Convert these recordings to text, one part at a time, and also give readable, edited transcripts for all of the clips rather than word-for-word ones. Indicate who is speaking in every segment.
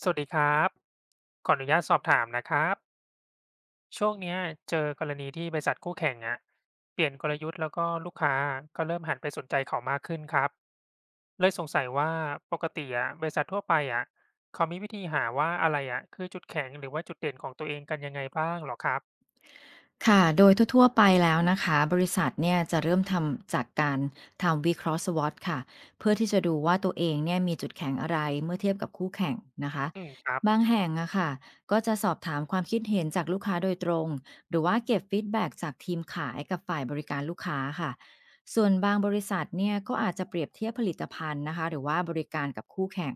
Speaker 1: สวัสดีครับขออนุญาตสอบถามนะครับช่วงเนี้ยเจอกรณีที่บริษัทคู่แข่งอะเปลี่ยนกลยุทธ์แล้วก็ลูกค้าก็เริ่มหันไปสนใจเขามากขึ้นครับเลยสงสัยว่าปกติอะบริษัททั่วไปอะเขามีวิธีหาว่าอะไรอะคือจุดแข็งหรือว่าจุดเด่นของตัวเองกันยังไงบ้างเหรอครับ
Speaker 2: ค่ะโดยทั่วๆไปแล้วนะคะ บริษัทเนี่ยจะเริ่มทำจากการทำวิเคราะห์ SWOT ค่ะเพื่อที่จะดูว่าตัวเองเนี่ยมีจุดแข็งอะไรเมื่อเทียบกับคู่แข่งนะคะ
Speaker 1: อืมครับ
Speaker 2: บางแห่งอะค่ะก็จะสอบถามความคิดเห็นจากลูกค้าโดยตรงหรือว่าเก็บฟีดแบ็กจากทีมขายกับฝ่ายบริการลูกค้าค่ะส่วนบางบริษัทเนี่ยก็อาจจะเปรียบเทียบผลิตภัณฑ์นะคะหรือว่าบริการกับคู่แข่ง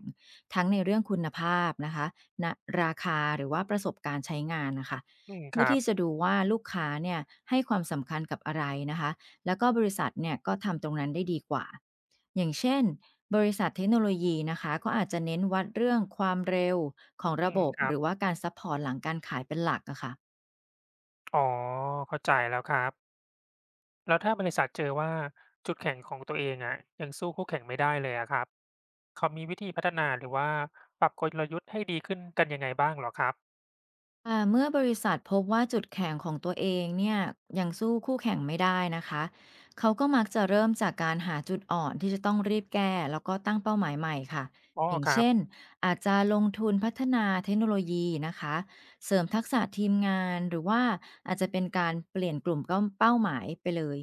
Speaker 2: ทั้งในเรื่องคุณภาพนะคะณราคาหรือว่าประสบการณ์ใช้งานนะคะ
Speaker 1: อืมค
Speaker 2: เพื่อ
Speaker 1: รับ
Speaker 2: ที่จะดูว่าลูกค้าเนี่ยให้ความสำคัญกับอะไรนะคะ แล้วก็บริษัทเนี่ยก็ทำตรงนั้นได้ดีกว่า อย่างเช่นบริษัทเทคโนโลยีนะคะก็อาจจะเน้นวัดเรื่องความเร็วของ
Speaker 1: อื
Speaker 2: ระ
Speaker 1: ม
Speaker 2: บบ
Speaker 1: ครั
Speaker 2: ห
Speaker 1: บ
Speaker 2: รือว่าการซัพพอร์ตหลังการขายเป็นหลักอะค่ะ
Speaker 1: อ๋อเข้าใจแล้วครับ แล้วถ้าบริษัทเจอว่าจุดแข็งของตัวเองอะยังสู้คู่แข่งไม่ได้เลยอะครับเขามีวิธีพัฒนาหรือว่าปรับกลยุทธ์ให้ดีขึ้นกันยังไงบ้างเหรอครับ
Speaker 2: เมื่อบริษัทพบว่าจุดแข็งของตัวเองเนี่ยยังสู้คู่แข่งไม่ได้นะคะเขาก็มักจะเริ่มจากการหาจุดอ่อนที่จะต้องรีบแก้แล้วก็ตั้งเป้าหมายใหม่ค่ะ
Speaker 1: อ๋อ
Speaker 2: อย่าง
Speaker 1: ครับ
Speaker 2: เช่นอาจจะลงทุนพัฒนาเทคโนโลยีนะคะเสริมทักษะทีมงานหรือว่าอาจจะเป็นการเปลี่ยนกลุ่มเป้าหมายไปเลย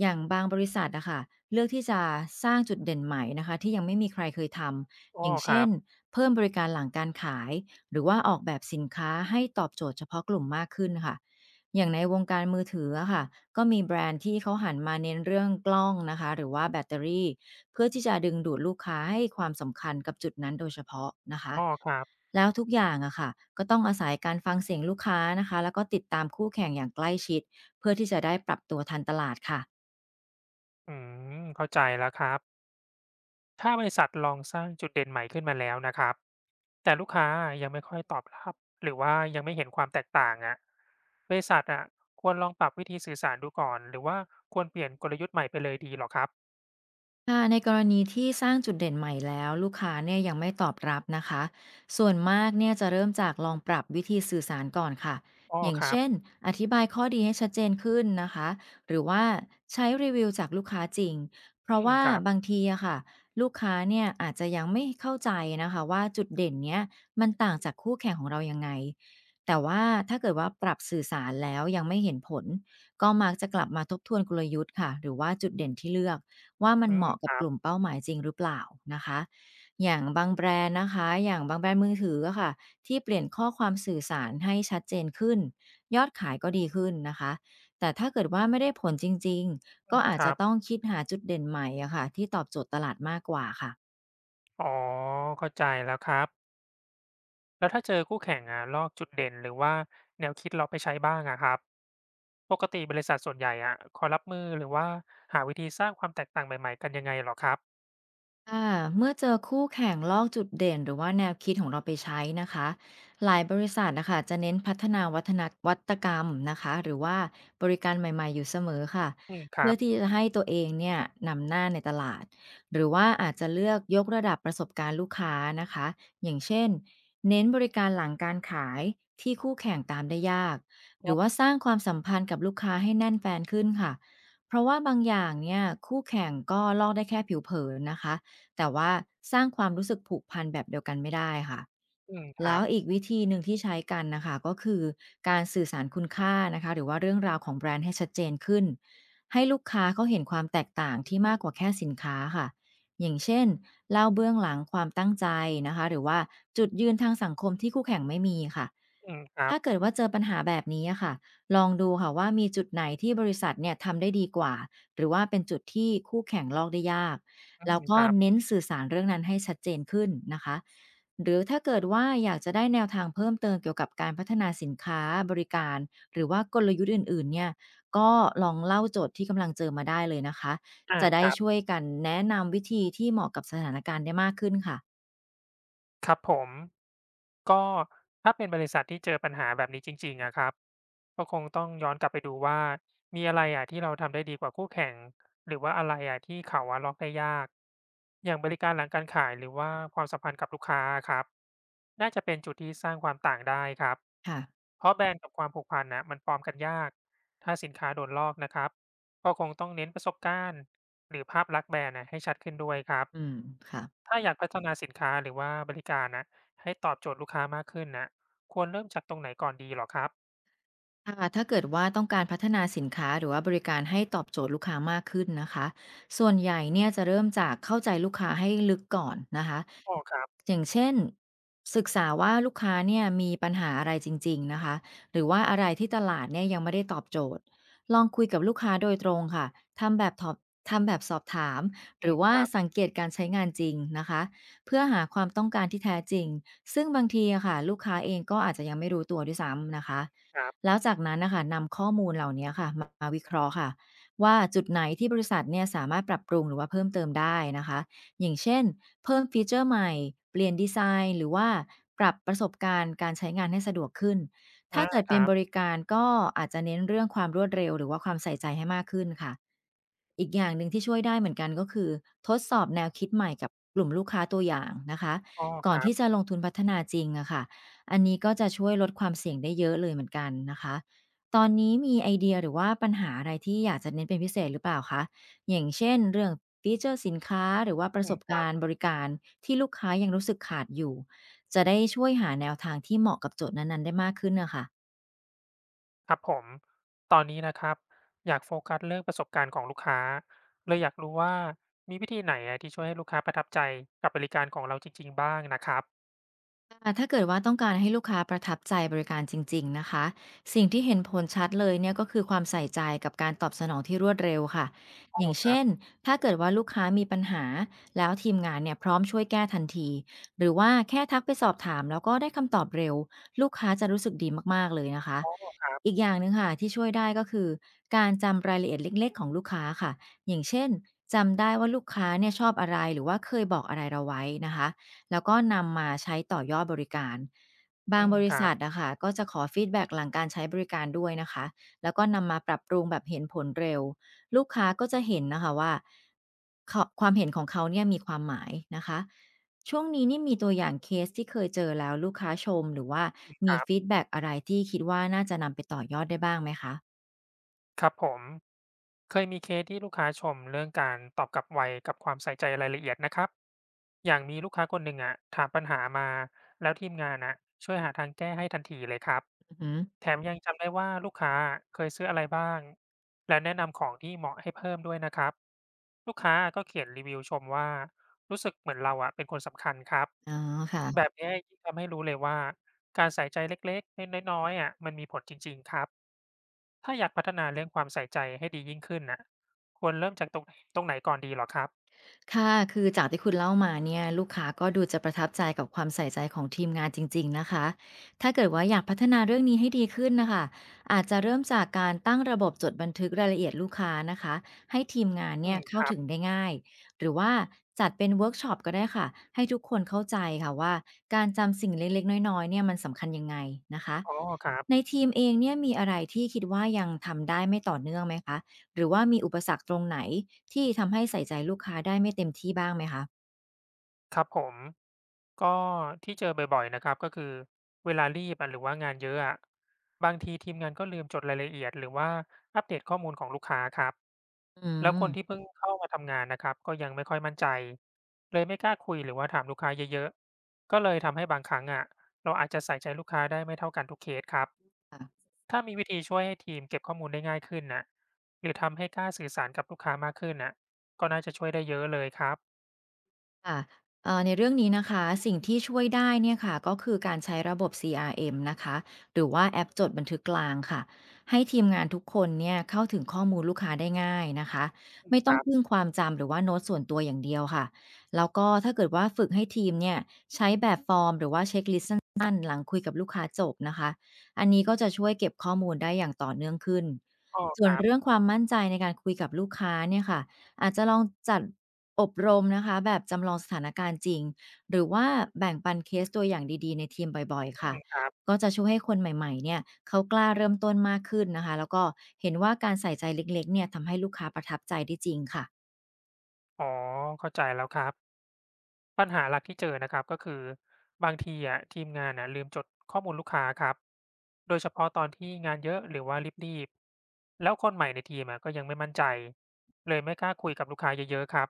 Speaker 2: อย่างบางบริษัทนะคะเลือกที่จะสร้างจุดเด่นใหม่นะคะที่ยังไม่มีใครเคยทำ
Speaker 1: อ๋
Speaker 2: อ
Speaker 1: อ
Speaker 2: ย่าง
Speaker 1: ค
Speaker 2: เช่
Speaker 1: รั
Speaker 2: น
Speaker 1: บ
Speaker 2: เพิ่มบริการหลังการขาย หรือว่าออกแบบสินค้าให้ตอบโจทย์เฉพาะกลุ่มมากขึ้นค่ะอย่างในวงการมือถืออะค่ะก็มีแบรนด์ที่เขาหันมาเน้นเรื่องกล้องนะคะหรือว่าแบตเตอรี่เพื่อที่จะดึงดูดลูกค้าให้ความสำคัญกับจุดนั้นโดยเฉพาะนะคะ
Speaker 1: อ๋อครับ
Speaker 2: แล้วทุกอย่างอะค่ะก็ต้องอาศัยการฟังเสียงลูกค้านะคะแล้วก็ติดตามคู่แข่งอย่างใกล้ชิด เพื่อที่จะได้ปรับตัวทันตลาดค่ะ
Speaker 1: อืมเข้าใจแล้วครับถ้าบริษัทลองสร้างจุดเด่นใหม่ขึ้นมาแล้วนะครับแต่ลูกค้ายังไม่ค่อยตอบรับหรือว่ายังไม่เห็นความแตกต่างอะบริษัทอะควรลองปรับวิธีสื่อสารดูก่อนหรือว่าควรเปลี่ยนกลยุทธ์ใหม่ไปเลยดีเหรอครับ
Speaker 2: ค่ะในกรณีที่สร้างจุดเด่นใหม่แล้วลูกค้าเนี่ยยังไม่ตอบรับนะคะส่วนมากเนี่ยจะเริ่มจากลองปรับวิธีสื่อสารก่อนค่ะ
Speaker 1: อ๋อ
Speaker 2: อย่าง
Speaker 1: ครับ
Speaker 2: เช่นอธิบายข้อดีให้ชัดเจนขึ้นนะคะหรือว่าใช้รีวิวจากลูกค้าจริงเพ
Speaker 1: อื
Speaker 2: ราะ
Speaker 1: ม
Speaker 2: ว่า
Speaker 1: ครับ
Speaker 2: บางทีอะค่ะลูกค้าเนี่ยอาจจะยังไม่เข้าใจนะคะว่าจุดเด่นเนี้ยมันต่างจากคู่แข่งของเรายังไงแต่ว่าถ้าเกิดว่าปรับสื่อสารแล้วยังไม่เห็นผลก็มักจะกลับมาทบทวนกลยุทธ์ค่ะหรือว่าจุดเด่นที่เลือก ว่ามั
Speaker 1: อื
Speaker 2: นเห
Speaker 1: ม
Speaker 2: มาะ
Speaker 1: ค
Speaker 2: กับ
Speaker 1: รั
Speaker 2: ก
Speaker 1: บ
Speaker 2: ลุ่มเป้าหมายจริงหรือเปล่านะคะอย่างบางแบรนด์นะคะอย่างบางแบรนด์มือถืออะค่ะที่เปลี่ยนข้อความสื่อสารให้ชัดเจนขึ้นยอดขายก็ดีขึ้นนะคะ แต่ถ้าเกิดว่าไม่ได้ผลจริงๆ
Speaker 1: อื
Speaker 2: ก็
Speaker 1: ม
Speaker 2: อา
Speaker 1: ค
Speaker 2: จจะ
Speaker 1: รับ
Speaker 2: ต้องคิดหาจุดเด่นใหม่อะค่ะที่ตอบโจทย์ตลาดมากกว่าค่ะ
Speaker 1: อ๋อเข้าใจแล้วครับแล้วถ้าเจอคู่แข่งอะลอกจุดเด่นหรือว่าแนวคิดเราไปใช้บ้างอะครับปกติบริษัทส่วนใหญ่อะคอยรับมือหรือว่าหาวิธีสร้างความแตกต่างใหม่ๆกันยังไงเหรอครับ
Speaker 2: ค่ะเมื่อเจอคู่แข่งลอกจุดเด่นหรือว่าแนวคิดของเราไปใช้นะคะหลายบริษัทนะคะจะเน้นพัฒนาวัฒนวัตกรรมนะคะหรือว่าบริการใหม่ๆอยู่เสมอค่ะ
Speaker 1: อืมครั
Speaker 2: เพื่อ
Speaker 1: บ
Speaker 2: ที่จะให้ตัวเองเนี่ยนำหน้าในตลาดหรือว่าอาจจะเลือกยกระดับประสบการณ์ลูกค้านะคะอย่างเช่นเน้นบริการหลังการขายที่คู่แข่งตามได้ยากหรือว่าสร้างความสัมพันธ์กับลูกค้าให้แน่นแฟนขึ้นค่ะเพราะว่าบางอย่างเนี่ยคู่แข่งก็ลอกได้แค่ผิวเผินนะคะ แต่ว่าสร้างความรู้สึกผูกพันแบบเดียวกันไม่ได้ค่ะ
Speaker 1: อืมค
Speaker 2: แล้
Speaker 1: รั
Speaker 2: ว
Speaker 1: บ
Speaker 2: อีกวิธีหนึ่งที่ใช้กันนะคะก็คือการสื่อสารคุณค่านะคะหรือว่าเรื่องราวของแบรนด์ให้ชัดเจนขึ้นให้ลูกค้าเขาเห็นความแตกต่างที่มากกว่าแค่สินค้าค่ะอย่างเช่นเล่าเบื้องหลังความตั้งใจนะคะหรือว่าจุดยืนทางสังคมที่คู่แข่งไม่มีค่ะ
Speaker 1: อืมครับ
Speaker 2: ถ้าเกิดว่าเจอปัญหาแบบนี้อะค่ะลองดูค่ะว่ามีจุดไหนที่บริษัทเนี่ยทำได้ดีกว่าหรือว่าเป็นจุดที่คู่แข่งลอกได้ยาก
Speaker 1: อื
Speaker 2: แล้
Speaker 1: ม
Speaker 2: ว
Speaker 1: ค
Speaker 2: ก็
Speaker 1: รับ
Speaker 2: เน้นสื่อสารเรื่องนั้นให้ชัดเจนขึ้นนะคะ หรือถ้าเกิดว่าอยากจะได้แนวทางเพิ่มเติมเกี่ยวกับการพัฒนาสินค้าบริการหรือว่ากลยุทธ์อื่นๆเนี่ยก็ลองเล่าโจทย์ที่กำลังเจอมาได้เลยนะคะ
Speaker 1: อา
Speaker 2: จะ
Speaker 1: ค
Speaker 2: ได้
Speaker 1: รับ
Speaker 2: ช่วยกันแนะนำวิธีที่เหมาะกับสถานการณ์ได้มากขึ้นค่ะ
Speaker 1: ครับผมก็ถ้าเป็นบริษัทที่เจอปัญหาแบบนี้จริงๆอะครับก็คงต้องย้อนกลับไปดูว่ามีอะไรอะที่เราทำได้ดีกว่าคู่แข่งหรือว่าอะไรอะที่เขาอะล็อกได้ยากอย่างบริการหลังการขายหรือว่าความสัมพันธ์กับลูกค้าครับน่าจะเป็นจุดที่สร้างความต่างได้ครับ
Speaker 2: ค่ะ
Speaker 1: เพราะแบรนด์กับความผูกพันนะมันปลอมกันยากถ้าสินค้าโดนลอกนะครับก็คงต้องเน้นประสบการณ์หรือภาพลักษณ์แบรนด์นะให้ชัดขึ้นด้วยครับ
Speaker 2: อืมค่ะ
Speaker 1: ถ้าอยากพัฒนาสินค้าหรือว่าบริการนะให้ตอบโจทย์ลูกค้ามากขึ้นนะควรเริ่มจากตรงไหนก่อนดีเหรอครับ
Speaker 2: ค่ะถ้าเกิดว่าต้องการพัฒนาสินค้าหรือว่าบริการให้ตอบโจทย์ลูกค้ามากขึ้นนะคะส่วนใหญ่เนี่ยจะเริ่มจากเข้าใจลูกค้าให้ลึกก่อนนะคะ
Speaker 1: อ๋อครับ
Speaker 2: อย่างเช่นศึกษาว่าลูกค้าเนี่ยมีปัญหาอะไรจริงๆนะคะหรือว่าอะไรที่ตลาดเนี่ยยังไม่ได้ตอบโจทย์ลองคุยกับลูกค้าโดยตรงค่ะทำแบบทอบทำแบบสอบถามห
Speaker 1: อื
Speaker 2: รื
Speaker 1: ม
Speaker 2: อ
Speaker 1: ค
Speaker 2: ว่า
Speaker 1: รับ
Speaker 2: สังเกตการใช้งานจริงนะคะเพื่อหาความต้องการที่แท้จริงซึ่งบางทีอะค่ะลูกค้าเองก็อาจจะยังไม่รู้ตัวด้วยซ้ำนะคะ
Speaker 1: ครับ
Speaker 2: แล้วจากนั้นนะคะนำข้อมูลเหล่านี้ค่ะมาวิเคราะห์ค่ะว่าจุดไหนที่บริษัทเนี่ยสามารถปรับปรุงหรือว่าเพิ่มเติมได้นะคะอย่างเช่นเพิ่มฟีเจอร์ใหม่เปลี่ยนดีไซน์หรือว่าปรับประสบการณ์การใช้งานให้สะดวกขึ้นถ้า
Speaker 1: อา
Speaker 2: เกิด
Speaker 1: ค
Speaker 2: เป็น
Speaker 1: รับ
Speaker 2: บริการก็อาจจะเน้นเรื่องความรวดเร็วหรือว่าความใส่ใจให้มากขึ้นค่ะอีกอย่างหนึ่งที่ช่วยได้เหมือนกันก็คือทดสอบแนวคิดใหม่กับกลุ่มลูกค้าตัวอย่างนะคะ
Speaker 1: อ๋อ
Speaker 2: ก่
Speaker 1: ค
Speaker 2: อน
Speaker 1: รับ
Speaker 2: ที่จะลงทุนพัฒนาจริงอะค่ะ อันนี้ก็จะช่วยลดความเสี่ยงได้เยอะเลยเหมือนกันนะคะ ตอนนี้มีไอเดียหรือว่าปัญหาอะไรที่อยากจะเน้นเป็นพิเศษหรือเปล่าคะอย่างเช่นเรื่องฟีเจอร์สินค้าหรือว่าประส
Speaker 1: อื
Speaker 2: บ
Speaker 1: ม
Speaker 2: การณ์บริการที่ลูกค้ายังรู้สึกขาดอยู่ จะได้ช่วยหาแนวทางที่เหมาะกับโจทย์นั้นๆได้มากขึ้นนะคะ
Speaker 1: ครับผมตอนนี้นะครับอยากโฟกัสเรื่องประสบการณ์ของลูกค้าเลยอยากรู้ว่ามีวิธีไหนอะที่ช่วยให้ลูกค้าประทับใจกับบริการของเราจริงๆบ้างนะครับ
Speaker 2: อ่ะถ้าเกิดว่าต้องการให้ลูกค้าประทับใจบริการจริงๆนะคะสิ่งที่เห็นผลชัดเลยเนี่ยก็คือความใส่ใจกับการตอบสนองที่รวดเร็วค่ะ
Speaker 1: อ๋อ
Speaker 2: อย่าง
Speaker 1: ครั
Speaker 2: เช่
Speaker 1: บ
Speaker 2: นถ้าเกิดว่าลูกค้ามีปัญหาแล้วทีมงานเนี่ยพร้อมช่วยแก้ทันทีหรือว่าแค่ทักไปสอบถามแล้วก็ได้คำตอบเร็วลูกค้าจะรู้สึกดีมากๆ เลยนะคะ
Speaker 1: อ๋อ
Speaker 2: อีกอย่างหนึ่งค่ะที่ช่วยได้ก็คือการจำรายละเอียดเล็กๆของลูกค้าค่ะอย่างเช่นจำได้ว่าลูกค้าเนี่ยชอบอะไรหรือว่าเคยบอกอะไรเราไว้นะคะแล้วก็นำมาใช้ต่อยอดบริการบา
Speaker 1: อื
Speaker 2: ง
Speaker 1: ม
Speaker 2: บ
Speaker 1: ค
Speaker 2: ริ
Speaker 1: รั
Speaker 2: ษั
Speaker 1: บ
Speaker 2: ทนะคะก็จะขอฟีดแบ็กหลังการใช้บริการด้วยนะคะแล้วก็นำมาปรับปรุงแบบเห็นผลเร็วลูกค้าก็จะเห็นนะคะว่าเขาความเห็นของเขาเนี่ยมีความหมายนะคะ ช่วงนี้นี่มีตัวอย่างเคสที่เคยเจอแล้วลูกค้าชมหรือว่า
Speaker 1: ค
Speaker 2: มี
Speaker 1: รั
Speaker 2: ฟี
Speaker 1: บ
Speaker 2: ดแบ็กอะไรที่คิดว่าน่าจะนำไปต่อยอดได้บ้างไหมคะ
Speaker 1: ครับผมเคยมีเคสที่ลูกค้าชมเรื่องการตอบกลับไวกับความใส่ใจรายละเอียดนะครับอย่างมีลูกค้าคนหนึ่งอ่ะถามปัญหามาแล้วทีมงานอ่ะช่วยหาทางแก้ให้ทันทีเลยครับ
Speaker 2: อือฮึ
Speaker 1: แถมยังจำได้ว่าลูกค้าเคยซื้ออะไรบ้างและแนะนำของที่เหมาะให้เพิ่มด้วยนะครับลูกค้าก็เขียนรีวิวชมว่ารู้สึกเหมือนเราอ่ะเป็นคนสำคัญครับ
Speaker 2: อ๋อ
Speaker 1: แบ
Speaker 2: ค่ะ
Speaker 1: บนี้ยิ่งทำให้รู้เลยว่าการใส่ใจเล็กๆน้อยๆอ่ะมันมีผลจริงๆครับ ถ้าอยากพัฒนาเรื่องความใส่ใจให้ดียิ่งขึ้นน่ะควรเริ่มจากตรงไหนก่อนดีเหรอครับ
Speaker 2: ค่ะคือจากที่คุณเล่ามาเนี่ยลูกค้าก็ดูจะประทับใจกับความใส่ใจของทีมงานจริงๆนะคะถ้าเกิดว่าอยากพัฒนาเรื่องนี้ให้ดีขึ้นนะคะอาจจะเริ่มจากการตั้งระบบจดบันทึกรายละเอียดลูกค้านะคะให้ทีมงาน
Speaker 1: อื
Speaker 2: เนี่ย
Speaker 1: มค
Speaker 2: เข้า
Speaker 1: รับ
Speaker 2: ถึงได้ง่ายหรือว่าจัดเป็นเวิร์กช็อปก็ได้ค่ะให้ทุกคนเข้าใจค่ะว่าการจำสิ่งเล็กๆน้อยๆเนี่ยมันสำคัญยังไงนะคะ
Speaker 1: อ๋อครั
Speaker 2: ใน
Speaker 1: บ
Speaker 2: ทีมเองเนี่ยมีอะไรที่คิดว่ายังทำได้ไม่ต่อเนื่องไหมคะหรือว่ามีอุปสรรคตรงไหนที่ทำให้ใส่ใจลูกค้าได้ไม่เต็มที่บ้างไหมคะ
Speaker 1: ครับผมก็ที่เจอบ่อยๆนะครับก็คือเวลารีบอะหรือว่างานเยอะอะบางทีทีมงานก็ลืมจดรายละเอียดหรือว่าอัปเดตข้อมูลของลูกค้าครับ
Speaker 2: อื
Speaker 1: แล้วคนที่
Speaker 2: ม
Speaker 1: เพิ่งเข้ามาทำงานนะครับก็ยังไม่ค่อยมั่นใจเลยไม่กล้าคุยหรือว่าถามลูกค้าเยอะๆก็เลยทำให้บางครั้งอะเราอาจจะใส่ใจลูกค้าได้ไม่เท่ากันทุกเคสครับ
Speaker 2: ค่ะ
Speaker 1: ถ้ามีวิธีช่วยให้ทีมเก็บข้อมูลได้ง่ายขึ้นน่ะหรือทำให้กล้าสื่อสารกับลูกค้ามากขึ้นน่ะก็น่าจะช่วยได้เยอะเลยครับ
Speaker 2: ค่ะในเรื่องนี้นะคะสิ่งที่ช่วยได้เนี่ยค่ะก็คือการใช้ระบบ CRM นะคะหรือว่าแอปจดบันทึกกลางค่ะให้ทีมงานทุกคนเนี่ยเข้าถึงข้อมูลลูกค้าได้ง่ายนะคะไม่
Speaker 1: ค
Speaker 2: ต้อง
Speaker 1: รั
Speaker 2: พึ่ง
Speaker 1: บ
Speaker 2: ความจำหรือว่าโน้ตส่วนตัวอย่างเดียวค่ะแล้วก็ถ้าเกิดว่าฝึกให้ทีมเนี่ยใช้แบบฟอร์มหรือว่าเช็คลิสต์สั้นๆหลังคุยกับลูกค้าจบนะคะอันนี้ก็จะช่วยเก็บข้อมูลได้อย่างต่อเนื่องขึ้น
Speaker 1: อ้อ
Speaker 2: ส่
Speaker 1: ค
Speaker 2: วน
Speaker 1: รับ
Speaker 2: เรื่องความมั่นใจในการคุยกับลูกค้าเนี่ยค่ะ อาจจะลองจัดอบรมนะคะแบบจำลองสถานการณ์จริงหรือว่าแบ่งปันเคสตัวอย่างดีๆในทีมบ่อยๆ
Speaker 1: อื
Speaker 2: ค่ะ
Speaker 1: ม
Speaker 2: ก็จะช่วยให้คนใหม่ๆเนี่ยเขากล้าเริ่มต้นมากขึ้นนะคะแล้วก็เห็นว่าการใส่ใจเล็กๆเนี่ยทำให้ลูกค้าประทับใจได้จริงค่ะ
Speaker 1: อ๋อเข้าใจแล้วครับปัญหาหลักที่เจอนะครับก็คือบางทีอะทีมงานน่ะลืมจดข้อมูลลูกค้าครับโดยเฉพาะตอนที่งานเยอะหรือว่ารีบๆแล้วคนใหม่ในทีมอะก็ยังไม่มั่นใจเลยไม่กล้าคุยกับลูกค้าเยอะๆครับ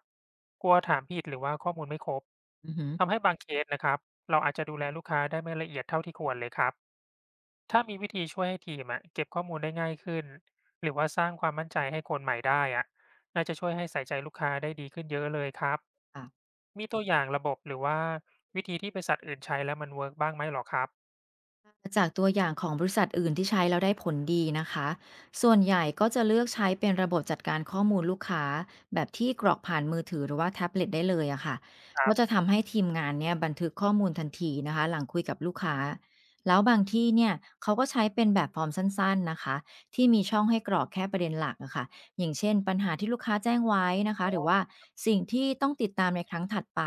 Speaker 1: กลัวถามผิดหรือว่าข้อมูลไม่ครบ
Speaker 2: อือฮึ
Speaker 1: ทำให้บางเคสนะครับเราอาจจะดูแลลูกค้าได้ไม่ละเอียดเท่าที่ควรเลยครับ ถ้ามีวิธีช่วยให้ทีมอะเก็บข้อมูลได้ง่ายขึ้นหรือว่าสร้างความมั่นใจให้คนใหม่ได้อะน่าจะช่วยให้ใส่ใจลูกค้าได้ดีขึ้นเยอะเลยครับ
Speaker 2: ค่ะ
Speaker 1: มีตัวอย่างระบบหรือว่าวิธีที่บริษัทอื่นใช้แล้วมันเวิร์กบ้างไหมหรอครับ
Speaker 2: จากตัวอย่างของบริษัทอื่นที่ใช้แล้วได้ผลดีนะคะ ส่วนใหญ่ก็จะเลือกใช้เป็นระบบจัดการข้อมูลลูกค้าแบบที่กรอกผ่านมือถือหรือว่าแท็บเล็ตได้เลยอะค่ะ
Speaker 1: ครั
Speaker 2: ก็จะ
Speaker 1: บ
Speaker 2: ทำให้ทีมงานเนี่ยบันทึกข้อมูลทันทีนะคะหลังคุยกับลูกค้า แล้วบางที่เนี่ยเขาก็ใช้เป็นแบบฟอร์มสั้นๆนะคะที่มีช่องให้กรอกแค่ประเด็นหลักอะค่ะอย่างเช่นปัญหาที่ลูกค้าแจ้งไว้นะคะ
Speaker 1: อ๋อ
Speaker 2: หรือว่าสิ่งที่ต้องติดตามในครั้งถัดไป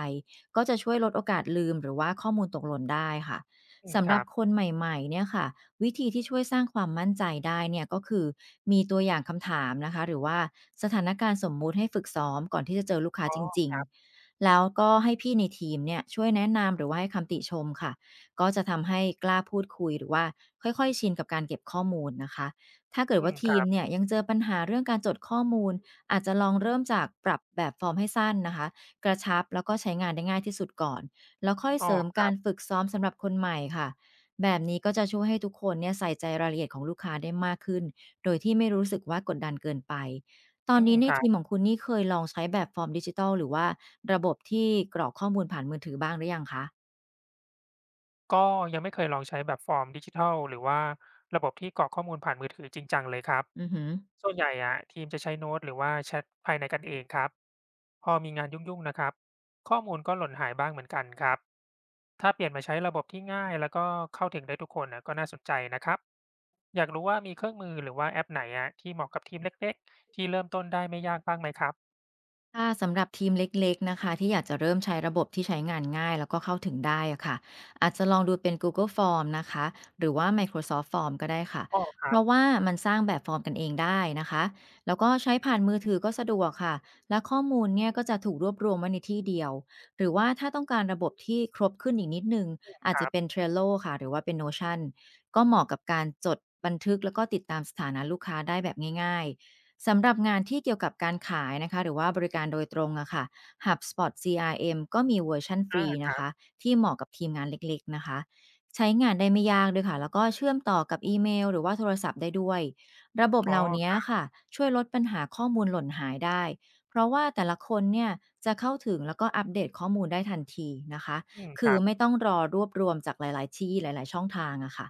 Speaker 2: ก็จะช่วยลดโอกาสลืมหรือว่าข้อมูลตกหล่นได้ค่ะ
Speaker 1: อืม
Speaker 2: สำ
Speaker 1: ค
Speaker 2: หรั
Speaker 1: รั
Speaker 2: บ
Speaker 1: บ
Speaker 2: คนใหม่ๆเนี่ยค่ะวิธีที่ช่วยสร้างความมั่นใจได้เนี่ยก็คือมีตัวอย่างคำถามนะคะหรือว่าสถานการณ์สมมุติให้ฝึกซ้อมก่อนที่จะเจอลูกค้า
Speaker 1: อ๋
Speaker 2: จริ
Speaker 1: อ
Speaker 2: งๆแล้วก็ให้พี่ในทีมเนี่ยช่วยแนะนำหรือว่าให้คำติชมค่ะก็จะทำให้กล้าพูดคุยหรือว่าค่อยๆชินกับการเก็บข้อมูลนะคะถ้าเกิด
Speaker 1: อื
Speaker 2: ว่า
Speaker 1: มค
Speaker 2: ที
Speaker 1: รั
Speaker 2: ม
Speaker 1: บ
Speaker 2: เนี่ยยังเจอปัญหาเรื่องการจดข้อมูลอาจจะลองเริ่มจากปรับแบบฟอร์มให้สั้นนะคะกระชับแล้วก็ใช้งานได้ง่ายที่สุดก่อน แล้วค่อย
Speaker 1: อ๋
Speaker 2: เสริม
Speaker 1: อ
Speaker 2: การฝึกซ้อมสำหรับคนใหม่ค่ะแบบนี้ก็จะช่วยให้ทุกคนเนี่ยใส่ใจรายละเอียดของลูกค้าได้มากขึ้นโดยที่ไม่รู้สึกว่ากดดันเกินไปตอ
Speaker 1: อื
Speaker 2: น
Speaker 1: ม
Speaker 2: นี้ใน
Speaker 1: ครั
Speaker 2: ทีม
Speaker 1: บ
Speaker 2: ของคุณนี่เคยลองใช้แบบฟอร์มดิจิทัลหรือว่าระบบที่กรอกข้อมูลผ่านมือถือบ้างหรือยังคะ
Speaker 1: ก็ยังไม่เคยลองใช้แบบฟอร์มดิจิทัลหรือว่าระบบที่กรอกข้อมูลผ่านมือถือจริงจังเลยครับ
Speaker 2: อือหือ
Speaker 1: ส่วนใหญ่อะทีมจะใช้โน้ตหรือว่าแชทภายในกันเองครับพอมีงานยุ่งๆนะครับข้อมูลก็หล่นหายบ้างเหมือนกันครับถ้าเปลี่ยนมาใช้ระบบที่ง่ายแล้วก็เข้าถึงได้ทุกคนนะก็น่าสนใจนะครับอยากรู้ว่ามีเครื่องมือหรือว่าแอปไหนอะที่เหมาะกับทีมเล็กๆที่เริ่มต้นได้ไม่ยากบ้างไหมครับ
Speaker 2: ค่ะสำหรับทีมเล็กๆนะคะที่อยากจะเริ่มใช้ระบบที่ใช้งานง่ายแล้วก็เข้าถึงได้อะค่ะอาจจะลองดูเป็น Google Form นะคะหรือว่า Microsoft Form ก็ได้ค่ะ
Speaker 1: อ๋อ
Speaker 2: เพราะว่ามันสร้างแบบฟอร์มกันเองได้นะคะแล้วก็ใช้ผ่านมือถือก็สะดวกค่ะและข้อมูลเนี่ยก็จะถูกรวบรวมไว้ในที่เดียวหรือว่าถ้าต้องการระบบที่ครบขึ้นอีกนิดนึงอาจ
Speaker 1: ค
Speaker 2: จะ
Speaker 1: รั
Speaker 2: เป็น
Speaker 1: บ
Speaker 2: Trello ค่ะหรือว่าเป็น Notion ก็เหมาะกับการจดบันทึกแล้วก็ติดตามสถานะลูกค้าได้แบบง่ายๆ สำหรับงานที่เกี่ยวกับการขายนะคะหรือว่าบริการโดยตรงอะค่ะ HubSpot CRM ก็มีเวอร์ชันฟ
Speaker 1: อ่
Speaker 2: รี
Speaker 1: า
Speaker 2: นะคะที่เหมาะกับทีมงานเล็กๆนะคะใช้งานได้ไม่ยากด้วยค่ะแล้วก็เชื่อมต่อกับอีเมลหรือว่าโทรศัพท์ได้ด้วยระบบ
Speaker 1: อ๋อ
Speaker 2: เหล่า
Speaker 1: ค
Speaker 2: นี้
Speaker 1: รับ
Speaker 2: ค่ะช่วยลดปัญหาข้อมูลหล่นหายได้เพราะว่าแต่ละคนเนี่ยจะเข้าถึงแล้วก็อัปเดตข้อมูลได้ทันทีนะคะ
Speaker 1: อืมค
Speaker 2: คือ
Speaker 1: รั
Speaker 2: ไม่
Speaker 1: บ
Speaker 2: ต้องรอรวบรวมจากหลายๆที่หลายๆช่องทางอะค่ะ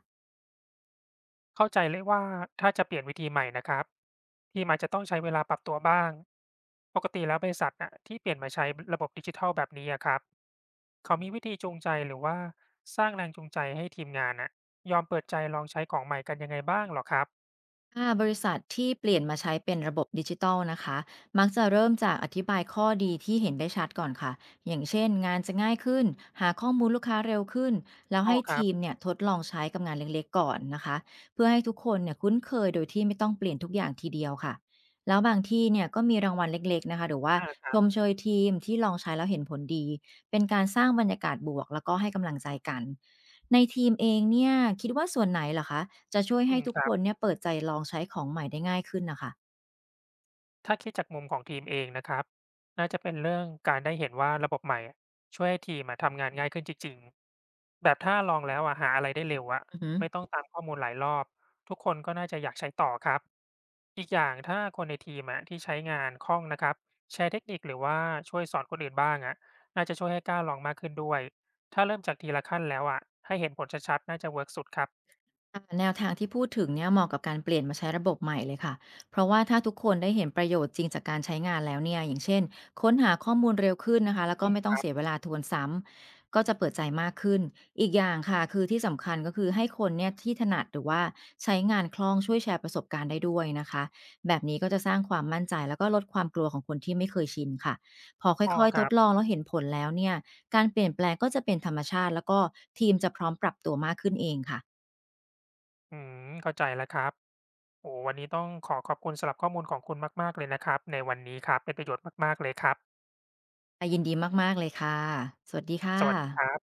Speaker 1: เข้าใจเลยว่าถ้าจะเปลี่ยนวิธีใหม่นะครับทีมอาจจะต้องใช้เวลาปรับตัวบ้างปกติแล้วบริษัทน่ะที่เปลี่ยนมาใช้ระบบดิจิทัลแบบนี้อะครับเขามีวิธีจูงใจหรือว่าสร้างแรงจูงใจให้ทีมงานน่ะยอมเปิดใจลองใช้ของใหม่กันยังไงบ้างเหรอครับ
Speaker 2: ค่าบริษัทที่เปลี่ยนมาใช้เป็นระบบดิจิตอลนะคะมักจะเริ่มจากอธิบายข้อดีที่เห็นได้ชัดก่อนค่ะอย่างเช่นงานจะง่ายขึ้นหาข้อมูลลูกค้าเร็วขึ้นแล้ว
Speaker 1: อ๋อ
Speaker 2: ให้
Speaker 1: ครับ
Speaker 2: ทีมเนี่ยทดลองใช้กับงานเล็กๆก่อนนะคะเพื่อให้ทุกคนเนี่ยคุ้นเคยโดยที่ไม่ต้องเปลี่ยนทุกอย่างทีเดียวค่ะแล้วบางที่เนี่ยก็มีรางวัลเล็กๆนะคะหรือว่า
Speaker 1: อา
Speaker 2: ชมเชยทีมที่ลองใช้แล้วเห็นผลดีเป็นการสร้างบรรยากาศบวกแล้วก็ให้กำลังใจกัน ในทีมเองเนี่ยคิดว่าส่วนไหนเหรอคะจะช่วย
Speaker 1: อื
Speaker 2: ให้
Speaker 1: ม
Speaker 2: ทุก
Speaker 1: ค
Speaker 2: ค
Speaker 1: รั
Speaker 2: น
Speaker 1: บ
Speaker 2: เนี่ยเปิดใจลองใช้ของใหม่ได้ง่ายขึ้นน่ะค่ะ
Speaker 1: ถ้าคิดจากมุมของทีมเองนะครับน่าจะเป็นเรื่องการได้เห็นว่าระบบใหม่อะช่วยให้ทีมอะทำงานง่ายขึ้นจริงๆแบบถ้าลองแล้วอะหาอะไรได้เร็วอะ
Speaker 2: อือฮึ
Speaker 1: ไม่ต้องตามข้อมูลหลายรอบทุกคนก็น่าจะอยากใช้ต่อครับอีกอย่างถ้าคนในทีมอะที่ใช้งานคล่องนะครับแชร์เทคนิคหรือว่าช่วยสอนคนอื่นบ้างอะน่าจะช่วยให้กล้าลองมากขึ้นด้วย ถ้าเริ่มจากทีละขั้นแล้วอะให้เห็นผลชัดๆน่าจะเวิร์กสุดครับ
Speaker 2: ค่ะแนวทางที่พูดถึงเนี่ยเหมาะกับการเปลี่ยนมาใช้ระบบใหม่เลยค่ะ เพราะว่าถ้าทุกคนได้เห็นประโยชน์จริงจากการใช้งานแล้วเนี่ยอย่างเช่นค้นหาข้อมูลเร็วขึ้นนะคะแล้วก็
Speaker 1: อ
Speaker 2: ไม่ต้
Speaker 1: ม
Speaker 2: องเสียเวลาทวนซ้ำก็จะเปิดใจมากขึ้นอีกอย่างค่ะคือที่สำคัญก็คือให้คนเนี่ยที่ถนัดหรือว่าใช้งานคล่องช่วยแชร์ประสบการณ์ได้ด้วยนะคะแบบนี้ก็จะสร้างความมั่นใจแล้วก็ลดความกลัวของคนที่ไม่เคยชินค่ะพอค่
Speaker 1: อ๋อ
Speaker 2: อย
Speaker 1: ค
Speaker 2: ๆท
Speaker 1: รั
Speaker 2: ดล
Speaker 1: บ
Speaker 2: องแล้วเห็นผลแล้วเนี่ยการเปลี่ยนแปลงก็จะเป็นธรรมชาติแล้วก็ทีมจะพร้อมปรับตัวมากขึ้นเองค่ะ
Speaker 1: อืมเข้าใจแล้วครับโอ้วันนี้ต้องขอขอบคุณสำหรับข้อมูลของคุณมากๆเลยนะครับในวันนี้ครับเป็นประโยชน์มากๆเลยครับ
Speaker 2: ยินดีมากๆเลยค่ะ สวัสดีค่ะ
Speaker 1: สวัสดีครับ